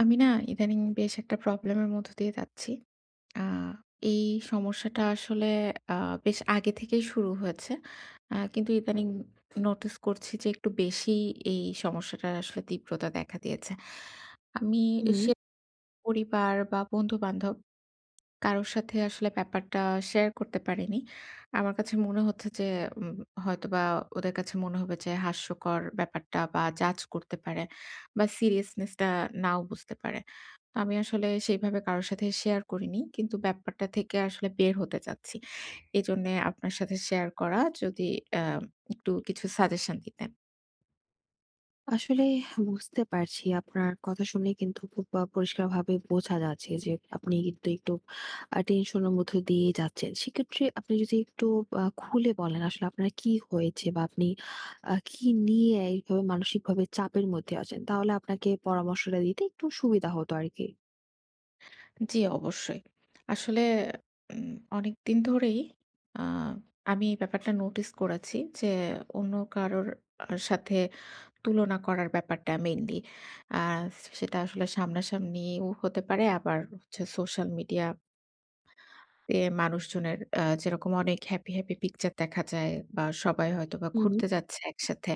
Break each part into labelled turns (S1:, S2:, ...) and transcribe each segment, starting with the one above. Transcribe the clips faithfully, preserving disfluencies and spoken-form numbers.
S1: আমি না ইদানিং বেশ একটা প্রবলেমের মধ্য দিয়ে যাচ্ছি। আ এই সমস্যাটা আসলে আ বেশ আগে থেকেই শুরু হয়েছে। আ কিন্তু ইদানিং নোটিস করছি যে একটু বেশি এই সমস্যাটার আসলে তীব্রতা দেখা দিয়েছে। আমি
S2: হুম,
S1: সে পরিবার বা বন্ধু-বান্ধব কারো সাথে আসলে ব্যাপারটা শেয়ার করতে পারিনি। আমার কাছে মনে হচ্ছে যে উম হয়তোবা ওদের কাছে মনে হবে যে হাস্যকর ব্যাপারটা বা জাজ করতে পারে বা সিরিয়াসনেস টা নাও বুঝতে পারে। তো আমি আসলে সেইভাবে কারো সাথে শেয়ার করিনি, কিন্তু ব্যাপারটা থেকে আসলে বের হতে চাচ্ছি। এজন্যে আপনার সাথে শেয়ার করা যদি আ একটু কিছু সাজেশন দিতেন।
S2: আসলে বুঝতে পারছি আপনার কথা শুনে, কিন্তু খুব আ পরিষ্কারভাবে বোঝা যাচ্ছে যে আপনি কিন্তু একটু আ টেনশনের মধ্য দিয়ে যাচ্ছেন। সেক্ষেত্রে আপনি যদি একটু আ খুলে বলেন আসলে আপনার কি হয়েছে, বা আপনি আ কি নিয়ে এইভাবে মানসিকভাবে চাপের মধ্যে আছেন? তাহলে আপনাকে পরামর্শটা দিতে একটু সুবিধা হতো আরকি।
S1: জি, অবশ্যই। আসলে উম অনেকদিন ধরেই আ আমি এই ব্যাপারটা নোটিস করেছি যে, অন্য কারোর আ সাথে তুলনা করার ব্যাপারটা মেইনলি। আ সেটা আসলে সামনাসামনিও হতে পারে, আবার হচ্ছে সোশ্যাল মিডিয়া তে মানুষজনের আ যেরকম অনেক হ্যাপি, হ্যাপি পিকচার দেখা যায় বা সবাই হয়তোবা
S2: হুম।
S1: ঘুরতে যাচ্ছে একসাথে।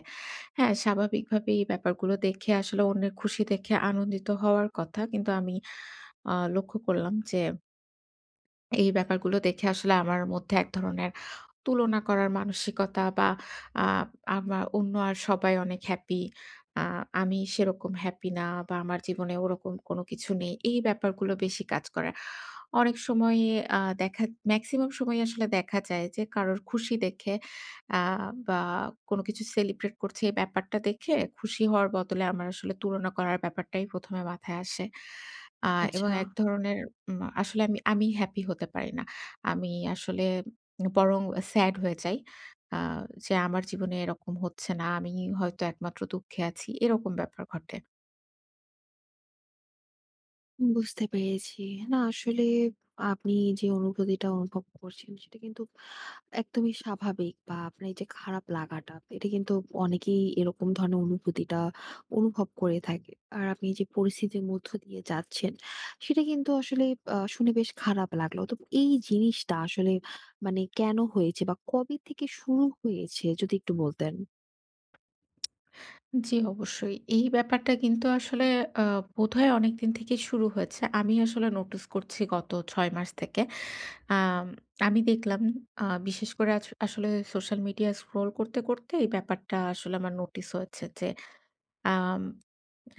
S1: হ্যাঁ, স্বাভাবিকভাবেই এই ব্যাপারগুলো দেখে আসলে অন্যের খুশি দেখে আনন্দিত হওয়ার কথা। কিন্তু আমি আ লক্ষ্য করলাম যে এই ব্যাপারগুলো দেখে আসলে আমার মধ্যে এক ধরনের তুলনা করার মানসিকতা বা আ আমার অন্য আর সবাই অনেক হ্যাপি। আ আমি সেরকম হ্যাপি না বা আমার জীবনে ওরকম কোনো কিছু নেই। এই ব্যাপারগুলো বেশি কাজ করে। অনেক সময়ে আ দেখা মেক্সিমাম সময় আসলে দেখা যায় যে কারোর খুশি দেখে আ বা কোনো কিছু সেলিব্রেট করছে এই ব্যাপারটা দেখে খুশি হওয়ার বদলে আমার আসলে তুলনা করার ব্যাপারটাই প্রথম এ মাথায় আসে। আ এবং
S2: আচ্ছা,
S1: এক ধরনের উম আসলে আমি আমি হ্যাপি হতে পারি না। আমি আসলে বরং স্যাড হয়ে যাই। আ যে আমার জীবনে এরকম হচ্ছে না। আমি হয়তো একমাত্র দুঃখে আছি। এরকম ব্যাপার ঘটে।
S2: বুঝতে পেরেছি। না, আসলে আপনি যে অনুভূতিটা অনুভব করছেন সেটা কিন্তু একদমই স্বাভাবিক, বা আপনার এই যে খারাপ লাগাটা, এটা কিন্তু অনেকেই এরকম ধরনের অনুভূতিটা অনুভব করে থাকে। আর আপনি যে পরিস্থিতির মধ্য দিয়ে যাচ্ছেন সেটা কিন্তু আসলে আহ, শুনে বেশ খারাপ লাগলো। তো এই জিনিসটা আসলে মানে কেন হয়েছে বা কবে থেকে শুরু হয়েছে যদি একটু বলতেন।
S1: জি, অবশ্যই। এই ব্যাপারটা কিন্তু আসলে আ বোধহয় অনেকদিন থেকেই শুরু হয়েছে। আমি আসলে নোটিস করছি গত ছয় মাস থেকে। আম আমি দেখলাম আ বিশেষ করে আছ আসলে সোশ্যাল মিডিয়া স্ক্রল করতে, করতে এই ব্যাপারটা আসলে আমার নোটিস হয়েছে যে, আম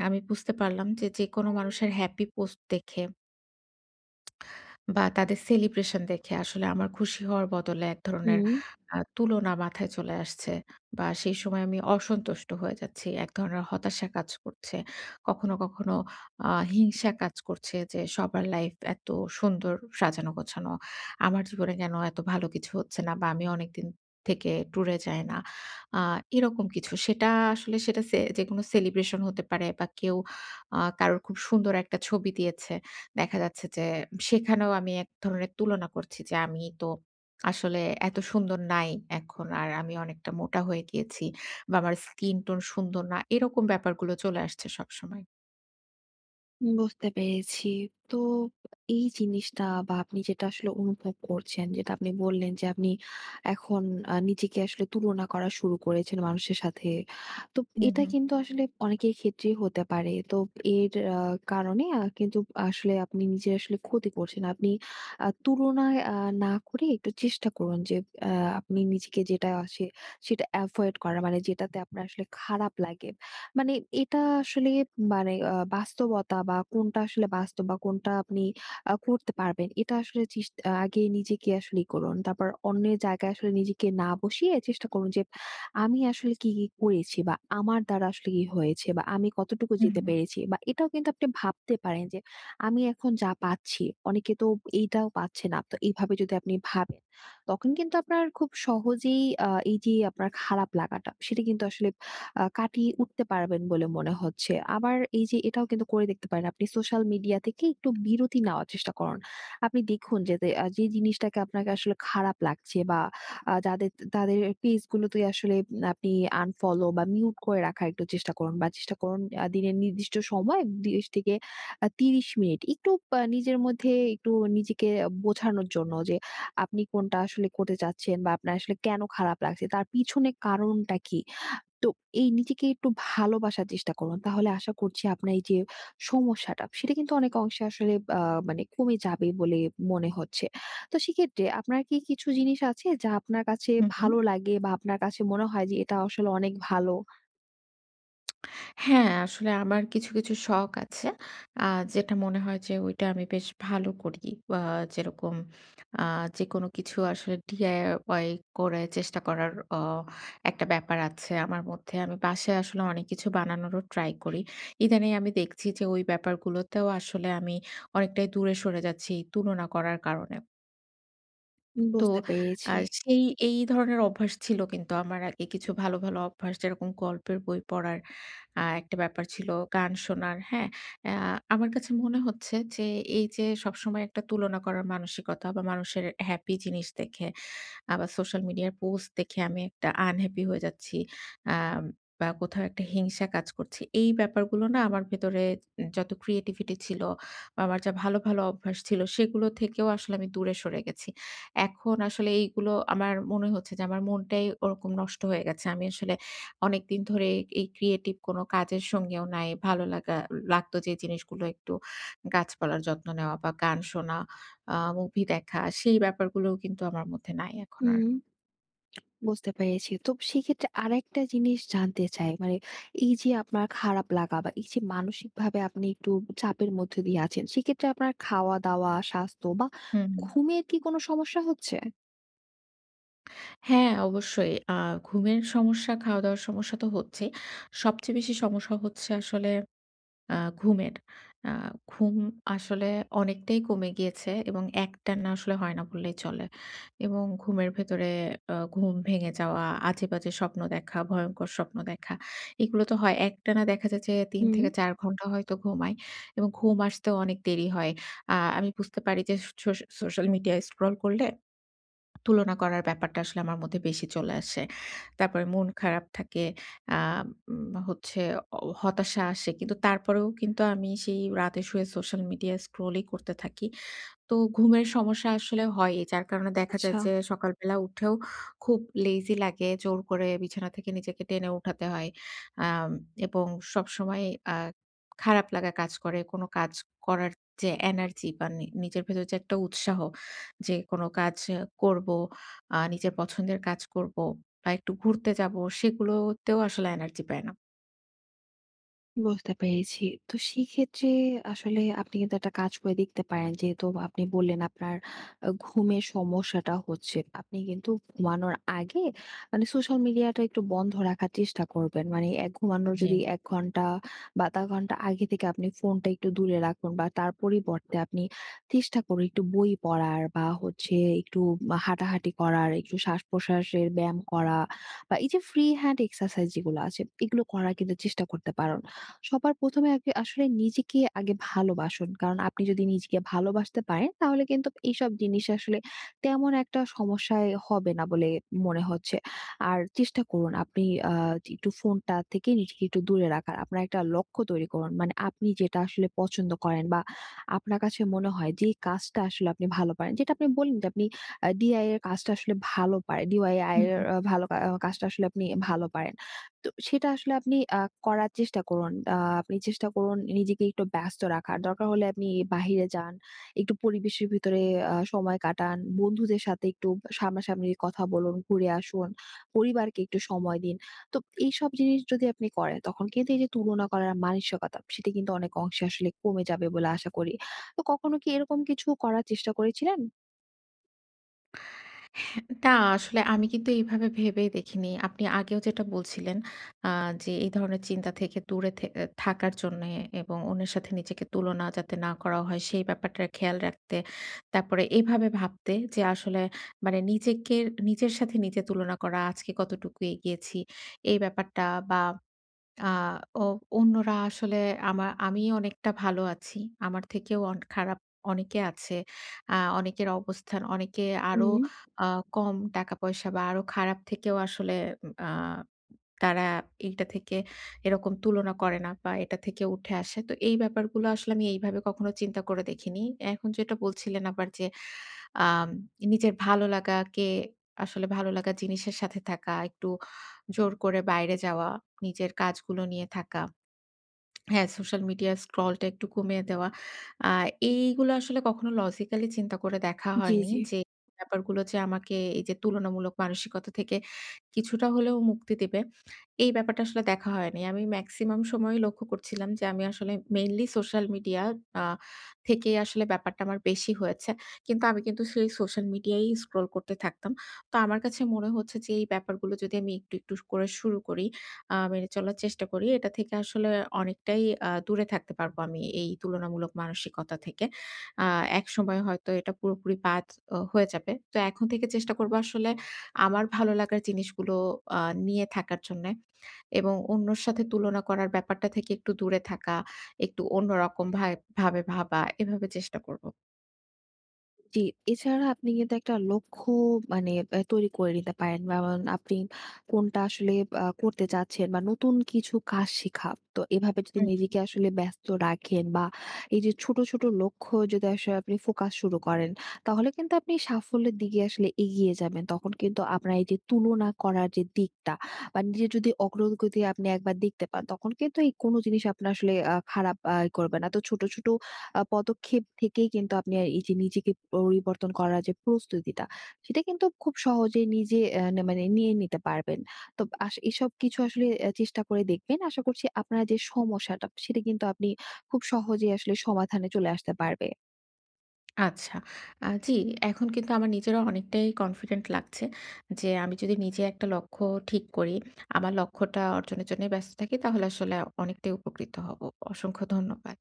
S1: আমি বুঝতে পারলাম যে যেকোনো মানুষের হ্যাপি পোস্ট দেখে বা তাদের সেলিব্রেশন দেখে আসলে আমার খুশি হওয়ার বদলে এক ধরনের
S2: হুম।
S1: আ তুলনা মাথায় চলে আসছে বা সেই সময় আমি অসন্তুষ্ট হয়ে যাচ্ছি। এক ধরনের হতাশা কাজ করছে। কখনো, কখনো আ হিংসা কাজ করছে যে সবার লাইফ এত সুন্দর সাজানো গোছানো। আমার জীবনে কেন এত ভালো কিছু হচ্ছে না বা আমি অনেকদিন থেকে ট্যুরে যাই না। আ এরকম কিছু। সেটা আসলে সেটা সে যেকোনো সেলিব্রেশন হতে পারে বা কেউ আ কারোর খুব সুন্দর একটা ছবি দিয়েছে। দেখা যাচ্ছে যে সেখানেও আমি এক ধরনের তুলনা করছি যে আমি তো আসলে এত সুন্দর নাই, এখন আর আমি অনেকটা মোটা হয়ে গিয়েছি বা আমার স্কিন টোন সুন্দর না, এরকম ব্যাপারগুলো চলে আসছে সবসময়।
S2: বুঝতে পেরেছি। তো এই জিনিসটা বা আপনি যেটা আসলে অনুভব করছেন, যেটা আপনি বললেন যে আপনি এখন আ নিজেকে আসলে তুলনা করা শুরু করেছেন মানুষের সাথে। তো
S1: হুম,
S2: এটা
S1: হুম,
S2: কিন্তু আসলে অনেকের ক্ষেত্রেই হতে পারে। তো এর আ কারণে আ কিন্তু আসলে আপনি নিজের আসলে ক্ষতি করছেন। আপনি আ তুলনায় আ না করে একটু চেষ্টা করুন যে আ আপনি নিজেকে যেটা আসে সেটা এভয়েড করা। মানে যেটাতে আপনার আসলে খারাপ লাগে। মানে এটা আসলে মানে আ বাস্তবতা বা কোনটা আসলে বাস্তব বা কোনটা আপনি আ করতে পারবেন। এটা আসলে চিস আ আগে নিজেকে আসলে ই করুন। তারপর অন্যের জায়গায় আসলে নিজেকে না বসিয়ে চেষ্টা করুন যে আমি আসলে কি, কি করেছি, বা আমার দ্বারা আসলে কি হয়েছে, বা আমি কতটুকু
S1: হুম,
S2: যেতে
S1: হুম,
S2: পেরেছি, বা এটাও কিন্তু আপনি ভাবতে পারেন যে আমি এখন যা পাচ্ছি, অনেকে তো এইটাও পাচ্ছে না। তো এইভাবে যদি আপনি ভাবেন, তখন কিন্তু আপনার খুব সহজেই আ এই যে আপনার খারাপ লাগাটা, সেটা কিন্তু আসলে আ কাটিয়ে উঠতে পারবেন বলে মনে হচ্ছে। আবার এই যে এটাও কিন্তু করে দেখতে পারেন। আপনি সোশ্যাল মিডিয়া থেকে একটু বিরতি নেওয়ার চেষ্টা করুন। আপনি দেখুন যে দে আ যে জিনিসটাকে আপনাকে আসলে খারাপ লাগছে, বা আ যাদের তাদের পেজ গুলোতে আসলে আপনি আনফলো বা মিউট করে রাখার একটু চেষ্টা করুন, বা চেষ্টা করুন আ দিনের নির্দিষ্ট সময় বিশ থেকে আ ত্রিশ মিনিট একটু আ নিজের মধ্যে একটু নিজেকে বোঝানোর জন্য যে আপনি কোনটা আসলে করতে চাচ্ছেন, বা আপনার আসলে কেন খারাপ লাগছে, তার পিছনে কারণটা কি? তো এই নিজেকে একটু ভালোবাসার চেষ্টা করুন। তাহলে আশা করছি আপনার এই যে সমস্যাটা, সেটা কিন্তু অনেক অংশে আসলে আ মানে কমে যাবে বলে মনে হচ্ছে। তো সেক্ষেত্রে আপনার কি কিছু জিনিস আছে যা আপনার কাছে
S1: হুম, হুম।
S2: ভালো লাগে, বা আপনার কাছে মনে হয় যে এটা আসলে অনেক ভালো?
S1: হ্যাঁ, আসলে আমার কিছু, কিছু শখ আছে। আ যেটা মনে হয় যে ওইটা আমি বেশ ভালো করি। আ যেরকম আ যেকোনো কিছু আসলে ডি আই ওয়াই করে চেষ্টা করার অ একটা ব্যাপার আছে আমার মধ্যে। আমি বাসায় আসলে অনেক কিছু বানানোরও ট্রাই করি। ইদানিং আমি দেখছি যে ওই ব্যাপারগুলোতেও আসলে আমি অনেকটাই দূরে সরে যাচ্ছি এই তুলনা করার কারণে। তো
S2: বুঝতে
S1: আ
S2: পেরেছি।
S1: সেই এই ধরনের অভ্যাস ছিল, কিন্তু আমার আগে কিছু ভালো, ভালো অভ্যাস যেরকম গল্পের বই পড়ার আ একটা ব্যাপার ছিল, গান শোনার, হ্যাঁ? আ আমার কাছে মনে হচ্ছে যে এই যে সবসময় একটা তুলনা করার মানসিকতা বা মানুষের হ্যাপি জিনিস দেখে আবার সোশ্যাল মিডিয়ার পোস্ট দেখে আমি একটা আনহ্যাপি হয়ে যাচ্ছি। আম বা কোথাও একটা হিংসা কাজ করছে। এই ব্যাপারগুলো না আমার ভেতরে যত ক্রিয়েটিভিটি ছিল বা আমার যা ভালো, ভালো অভ্যাস ছিল সেগুলো থেকেও আসলে আমি দূরে সরে গেছি। এখন আসলে এইগুলো আমার মনে হচ্ছে যে আমার মনটাই ওরকম নষ্ট হয়ে গেছে। আমি আসলে অনেকদিন ধরে এই ক্রিয়েটিভ কোনো কাজের সঙ্গেও নাই। ভালো লাগা লাগতো যে জিনিসগুলো একটু গাছপালার যত্ন নেওয়া বা গান শোনা আ মুভি দেখা সেই ব্যাপারগুলোও কিন্তু আমার মধ্যে নাই এখন আর।
S2: হুম। বুঝতে পেরেছি। তো সেক্ষেত্রে আরেকটা জিনিস জানতে চাই। মানে এই যে আপনার খারাপ লাগা, বা এই যে মানসিকভাবে আপনি একটু চাপের মধ্যে দিয়ে আছেন, সেক্ষেত্রে আপনার খাওয়া-দাওয়া, স্বাস্থ্য বা
S1: হুম, হুম।
S2: ঘুমের কি কোনো সমস্যা হচ্ছে?
S1: হ্যাঁ, অবশ্যই। আ ঘুমের সমস্যা, খাওয়া-দাওয়ার সমস্যা তো হচ্ছেই। সবচেয়ে বেশি সমস্যা হচ্ছে আসলে আ ঘুমের। আ ঘুম আসলে অনেকটাই কমে গিয়েছে এবং একটানা আসলে হয় না বললেই চলে। এবং ঘুমের ভেতরে আ ঘুম ভেঙে যাওয়া, আজেবাজে স্বপ্ন দেখা, ভয়ঙ্কর স্বপ্ন দেখা এগুলো তো হয়। একটানা দেখা যায় যে তিন
S2: হুম।
S1: থেকে চার ঘন্টা হয়তো ঘুমাই এবং ঘুম আসতেও অনেক দেরি হয়। আ আমি বুঝতে পারি যে সোস সোশ্যাল মিডিয়ায় স্ক্রল করলে তুলনা করার ব্যাপারটা আসলে আমার মধ্যে বেশি চলে আসে। তারপরে মন খারাপ থাকে। আ উম হচ্ছে অ হতাশা আসে। কিন্তু তারপরেও কিন্তু আমি সেই রাতে শুয়ে সোশ্যাল মিডিয়া স্ক্রলই করতে থাকি। তো ঘুমের সমস্যা আসলে হয়ই। যার কারণে দেখা যায়
S2: আচ্ছা।
S1: যে সকালবেলা উঠেও খুব লেজি লাগে। জোর করে বিছানা থেকে নিজেকে টেনে উঠাতে হয়। আম এবং সবসময় আ খারাপ লাগা কাজ করে। কোনো কাজ করার যে এনার্জি বা নি নিজের ভেতর যে একটা উৎসাহ যে কোনো কাজ করবো, আ নিজের পছন্দের কাজ করবো বা একটু ঘুরতে যাবো সেগুলোতেও আসলে এনার্জি পায় না।
S2: বুঝতে পেরেছি। তো সেক্ষেত্রে আসলে আপনি কিন্তু একটা কাজ করে দেখতে পারেন। যেহেতু আপনি বললেন আপনার আ ঘুমের সমস্যাটা হচ্ছে, আপনি কিন্তু ঘুমানোর আগে মানে সোশ্যাল মিডিয়াটা একটু বন্ধ রাখার চেষ্টা করবেন। মানে এক ঘুমানোর
S1: জি।
S2: যদি এক ঘন্টা বা আধা ঘন্টা আগে থেকে আপনি ফোনটা একটু দূরে রাখুন, বা তার পরিবর্তে আপনি চেষ্টা করুন একটু বই পড়ার, বা হচ্ছে একটু আ হাঁটাহাঁটি করার, একটু শ্বাস-প্রশ্বাসের ব্যায়াম করা, বা এই যে ফ্রি হ্যান্ড এক্সারসাইজ যেগুলো আছে, এগুলো করার কিন্তু চেষ্টা করতে পারেন। সবার প্রথম এ আগে আসলে নিজেকে আগে ভালোবাসুন। কারণ আপনি যদি নিজেকে ভালোবাসতে পারেন তাহলে কিন্তু এইসব জিনিস আসলে তেমন একটা সমস্যায় হবে না বলে মনে হচ্ছে। আর চেষ্টা করুন আপনি আ একটু ফোনটা থেকে নিজেকে একটু দূরে রাখার। আপনার একটা লক্ষ্য তৈরি করুন। মানে আপনি যেটা আসলে পছন্দ করেন, বা আপনার কাছে মনে হয় যে কাজটা আসলে আপনি ভালো পারেন। যেটা আপনি বললেন যে আপনি আ ডি আই ওয়াই এর কাজটা আসলে ভালো পারেন। D I Y
S1: hmm.
S2: এর আ ভালো কা আহ, কাজটা আসলে আপনি ভালো পারেন। তো সেটা আসলে আপনি আ করার চেষ্টা করুন। আ আপনি চেষ্টা করুন নিজেকে একটু ব্যস্ত রাখার। দরকার হলে আপনি বাহিরে যান। একটু পরিবেশের ভিতরে আ সময় কাটান। বন্ধুদের সাথে একটু সামনাসামনি কথা বলুন, ঘুরে আসুন। পরিবারকে একটু সময় দিন। তো এইসব জিনিস যদি আপনি করেন তখন কিন্তু এই যে তুলনা করার মানসিকতা, সেটা কিন্তু অনেক অংশে আসলে কমে যাবে বলে আশা করি। তো কখনো কি এরকম কিছু করার চেষ্টা করেছিলেন?
S1: না, আসলে আমি কিন্তু এইভাবে ভেবেই দেখিনি। আপনি আগেও যেটা বলছিলেন আ যে এই ধরনের চিন্তা থেকে দূরে থে এ থাকার জন্যে এবং অন্যের সাথে নিজেকে তুলনা যাতে না করা হয় সেই ব্যাপারটা খেয়াল রাখতে। তারপরে এভাবে ভাবতে যে আসলে মানে নিজেকে নিজের সাথে নিজে তুলনা করা আজকে কতটুকু এগিয়েছি এই ব্যাপারটা বা আ ও অন্যরা আসলে আমা আমি অনেকটা ভালো আছি। আমার থেকেও অন খারাপ অনেকে আছে। আ অনেকের অবস্থান অনেকে আরো
S2: হুম,
S1: আ কম টাকা-পয়সা বা আরো খারাপ থেকেও আসলে উম আ তারা এইটা থেকে এরকম তুলনা করে না বা এটা থেকে উঠে আসে। তো এই ব্যাপারগুলো আসলে আমি এইভাবে কখনো চিন্তা করে দেখিনি। এখন যেটা বলছিলেন আবার যে আম নিজের ভালো লাগাকে আসলে ভালো লাগা জিনিসের সাথে থাকা, একটু জোর করে বাইরে যাওয়া, নিজের কাজগুলো নিয়ে থাকা। হ্যাঁ, সোশ্যাল মিডিয়া স্ক্রলটা একটু কমিয়ে দেওয়া। আ এইগুলো আসলে কখনো লজিক্যালি চিন্তা করে দেখা
S2: জি,
S1: হয়নি
S2: জি।
S1: যে, ব্যাপারগুলো যে আমাকে এই যে তুলনামূলক মানসিকতা থেকে কিছুটা হলেও মুক্তি দিবে, এই ব্যাপারটা আসলে দেখা হয়নি। আমি মেক্সিমাম সময়ই লক্ষ্য করছিলাম যে আমি আসলে মেইনলি সোশ্যাল মিডিয়া আ থেকে আসলে ব্যাপারটা আমার বেশি হয়েছে। কিন্তু আমি কিন্তু সেই সোশ্যাল মিডিয়ায়ই স্ক্রল করতে থাকতাম। তো আমার কাছে মনে হচ্ছে যে এই ব্যাপারগুলো যদি আমি একটু, একটু করে শুরু করি আ মেনে চলার চেষ্টা করি। এটা থেকে আসলে অনেকটাই আ দূরে থাকতে পারবো আমি এই তুলনামূলক মানসিকতা থেকে। আ একসময় হয়তো এটা পুরোপুরি বাদ অ হয়ে যাবে। তো এখন থেকে চেষ্টা করবো আসলে আমার ভালো লাগার জিনিসগুলো আ নিয়ে থাকার জন্যে এবং অন্যর সাথে তুলনা করার ব্যাপারটা থেকে একটু দূরে থাকা, একটু অন্যরকম ভাই ভাবে ভাবা এভাবে চেষ্টা করবো।
S2: জি, এছাড়া আপনি কিন্তু একটা লক্ষ্য, মানে আ তৈরি করে নিতে পারেন। যেমন আপনি কোনটা আসলে আ করতে চাচ্ছেন, বা নতুন কিছু কাজ শেখা। তো এভাবে যদি নিজেকে আসলে ব্যস্ত রাখেন, বা এই যে ছোট, ছোট লক্ষ্য যদি আসলে আপনি ফোকাস শুরু করেন, তাহলে কিন্তু আপনি সাফল্যের দিকে আসলে এগিয়ে যাবেন। তখন কিন্তু আপনার এই যে তুলনা করার যে দিকটা, বা নিজের যদি অগ্রগতি আপনি একবার দেখতে পান, তখন কিন্তু এই কোন জিনিস আপনার আসলে আ খারাপ আ করবে না। তো ছোট, ছোট আ পদক্ষেপ থেকেই কিন্তু আপনি আর এই যে নিজেকে পরিবর্তন করার যে প্রস্তুতিটা, সেটা কিন্তু খুব সহজেই নিজে অ্যা না, মানে নিয়ে নিতে পারবেন। তো আস এসব কিছু আসলে অ্যা চেষ্টা করে দেখবেন। আশা করছি আপনার যে সমস্যাটা, সেটা কিন্তু আপনি খুব সহজেই আসলে সমাধানে চলে আসতে পারবে।
S1: আচ্ছা। আ জি, এখন কিন্তু আমার নিজেরও অনেকটাই কনফিডেন্ট লাগছে যে, আমি যদি নিজে একটা লক্ষ্য ঠিক করি, আমার লক্ষ্যটা অর্জনের জন্যই ব্যস্ত থাকি, তাহলে আসলে অনেকটাই উপকৃত হব। অসংখ্য ধন্যবাদ।